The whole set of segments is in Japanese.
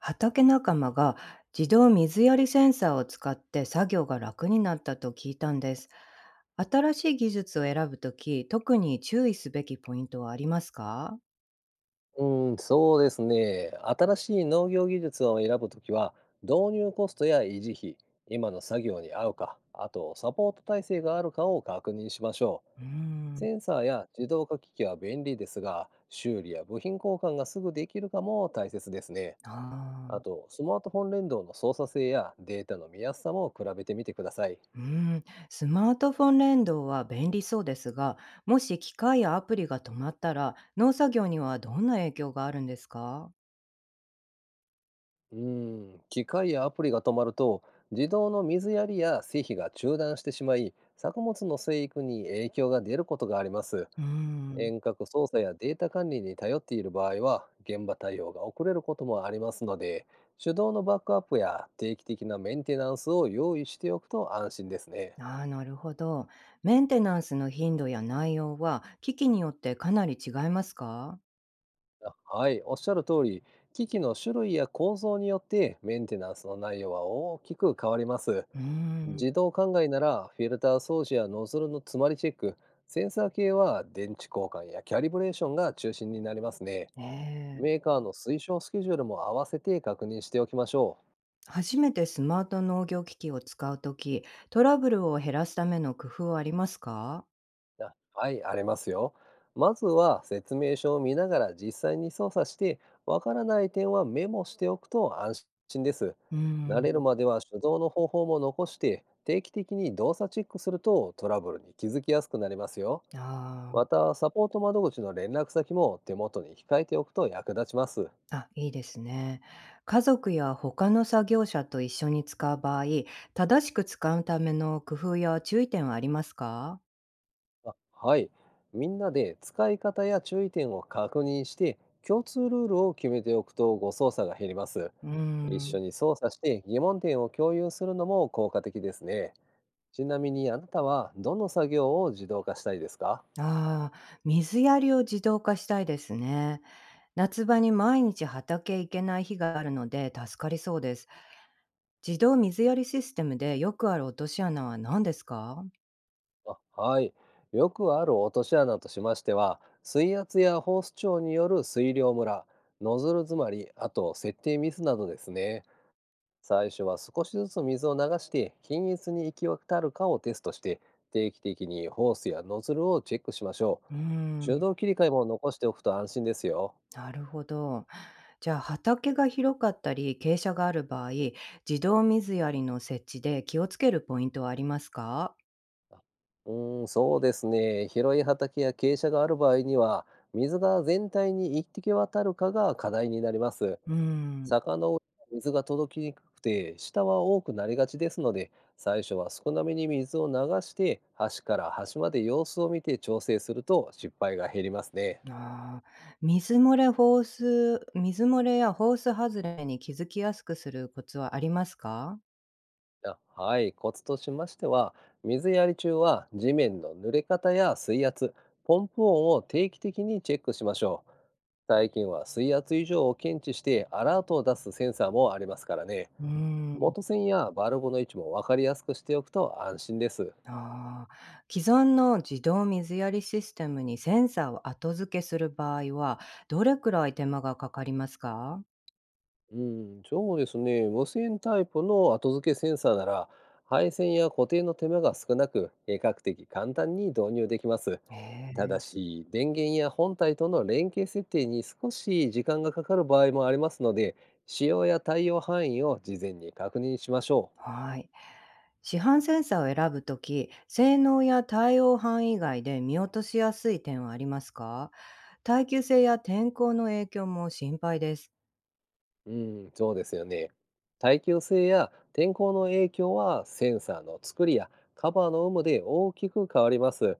畑仲間が自動水やりセンサーを使って作業が楽になったと聞いたんです。新しい技術を選ぶとき、特に注意すべきポイントはありますか？うん、そうですね。新しい農業技術を選ぶときは、導入コストや維持費、今の作業に合うか、あとサポート体制があるかを確認しましょう。うーん。センサーや自動化機器は便利ですが、修理や部品交換がすぐできるかも大切ですね。ああー。と、スマートフォン連動の操作性やデータの見やすさも比べてみてください。うーん、スマートフォン連動は便利そうですが、もし機械やアプリが止まったら、農作業にはどんな影響があるんですか？うん、機械やアプリが止まると自動の水やりや施肥が中断してしまい作物の生育に影響が出ることがあります。うーん、遠隔操作やデータ管理に頼っている場合は現場対応が遅れることもありますので、手動のバックアップや定期的なメンテナンスを用意しておくと安心ですね。あーなるほど。メンテナンスの頻度や内容は、機器によってかなり違いますか？あ、はい、おっしゃる通り、機器の種類や構造によってメンテナンスの内容は大きく変わります。うーん、自動灌漑ならフィルター掃除やノズルの詰まりチェック、センサー系は電池交換やキャリブレーションが中心になりますね。ねメーえ。カーの推奨スケジュールも合わせて確認しておきましょう。初めてスマート農業機器を使うときトラブルを減らすための工夫はありますか？あ、はい、ありますよ。まずは説明書を見ながら実際に操作して、わからない点はメモしておくと安心です。うー慣れるん、までは手動の方法も残して、定期的に動作チェックするとトラブルに気づきやすくなりますよ。まあた、サポート窓口の連絡先も手元に控えておくと役立ちます。あ、あ、いいですね。家族や他の作業者と一緒に使う場合、正しく使うための工夫や注意点はありますか？あ、はい。みんなで使い方や注意点を確認して、共通ルールを決めておくと誤操作が減ります。うー一ん、緒に操作して疑問点を共有するのも効果的ですね。ちなみにあなたはどの作業を自動化したいですか？ああ、水やりを自動化したいですね。夏場に毎日畑へ行けない日があるので助かりそうです。自動水やりシステムでよくある落とし穴は何ですか？あ、はい。よくある落とし穴としましては、水圧やホース長による水量ムラ、ノズル詰まり、あと設定ミスなどですね。最初は少しずつ水を流して均一に行き渡るかをテストして、定期的にホースやノズルをチェックしましょうーう。手ん、動切り替えも残しておくと安心ですよ。なるほど。じゃあ畑が広かったり傾斜がある場合、自動水やりの設置で気をつけるポイントはありますか？あ、そうですね。広い畑や傾斜がある場合には、水が全体に一滴渡るかが課題になります。うーん。坂の上は水が届きにくくて、下は多くなりがちですので、最初は少なめに水を流して、端から端まで様子を見て調整すると失敗が減りますね。水漏れやホース外れに気づきやすくするコツはありますか？あ、はい、コツとしましては、水やり中は地面の濡れ方や水圧、ポンプ音を定期的にチェックしましょう。最近は水圧以上を検知してアラートを出すセンサーもありますからね、うーん。元栓やバルブの位置も分かりやすくしておくと安心です。ああ、既存の自動水やりシステムにセンサーを後付けする場合は、どれくらい手間がかかりますか？うん、そうですね。無線タイプの後付けセンサーなら、配線や固定の手間が少なく、比較的簡単に導入できます。へただえ、し、電源や本体との連携設定に少し時間がかかる場合もありますので、使用や対応範囲を事前に確認しましょはい。市販センサーを選ぶとき、性能や対応範囲以外で見落としやすい点はありますか？耐久性や天候の影響も心配です。う。うん、そうですよね。耐久性や天候の影響はセンサーの作りやカバーの有無で大きく変わります。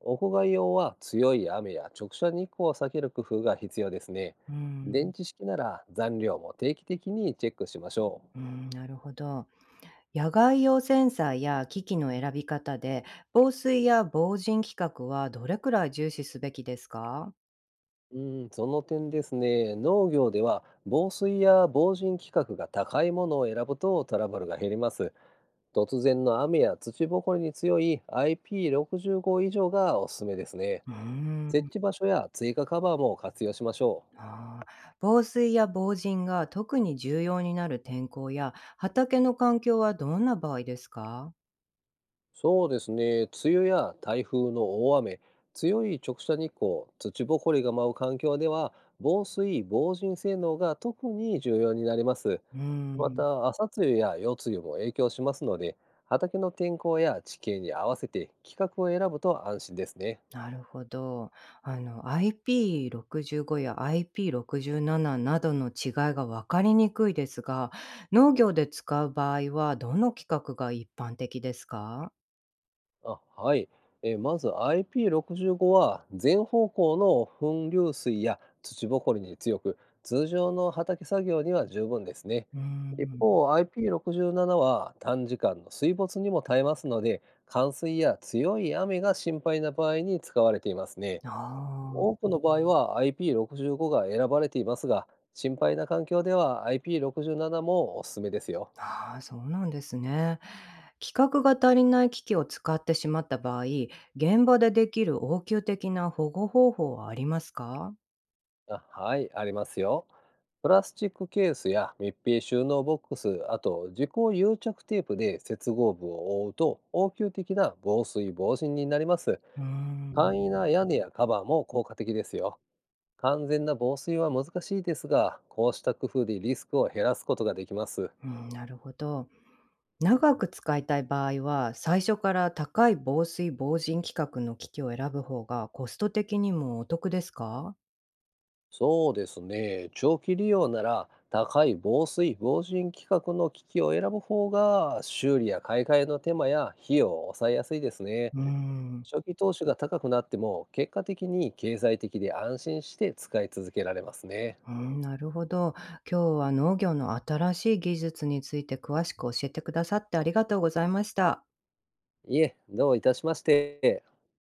屋外用は強い雨や直射日光を避ける工夫が必要ですね。う電ん、池式なら残量も定期的にチェックしましょう。うん、なるほど。野外用センサーや機器の選び方で、防水や防塵規格はどれくらい重視すべきですか？うん、その点ですね、農業では防水や防塵規格が高いものを選ぶとトラブルが減ります。突然の雨や土ぼこりに強い IP65 以上がおすすめですね。うー設ん置場所や追加カバーも活用しましょう。あー防水や防塵が特に重要になる天候や畑の環境はどんな場合ですか？そうですね。梅雨や台風の大雨、強い直射日光、土ぼこりが舞う環境では、防水・防塵性能が特に重要になります。うーまん、た、朝露や夜露も影響しますので、畑の天候や地形に合わせて規格を選ぶと安心ですね。なるほど。IP65 や IP67 などの違いが分かりにくいですが、農業で使う場合はどの規格が一般的ですか？あ、はい。まず IP65 は全方向の粉流水や土ぼこりに強く、通常の畑作業には十分ですね。うー一ん、方、IP67 は短時間の水没にも耐えますので、冠水や強い雨が心配な場合に使われていますね。あ多あ。くの場合は IP65 が選ばれていますが、心配な環境では IP67 もおすすめですよ。ああ、そうなんですね。企画が足りない機器を使ってしまった場合、現場でできる応急的な保護方法はありますか？あ、はい、ありますよ。プラスチックケースや密閉収納ボックス、あと自己癒着テープで接合部を覆うと応急的な防水防塵になります。うー簡ん、易な屋根やカバーも効果的ですよ。完全な防水は難しいですが、こうした工夫でリスクを減らすことができます。うん、なるほど。長く使いたい場合は、最初から高い防水防塵規格の機器を選ぶ方がコスト的にもお得ですか？そうですね。長期利用なら高い防水防塵規格の機器を選ぶ方が修理や買い替えの手間や費用を抑えやすいですね。うーん、初期投資が高くなっても、結果的に経済的で安心して使い続けられますね。うん、なるほど。今日は農業の新しい技術について詳しく教えてくださってありがとうございました。いえ、どういたしまして。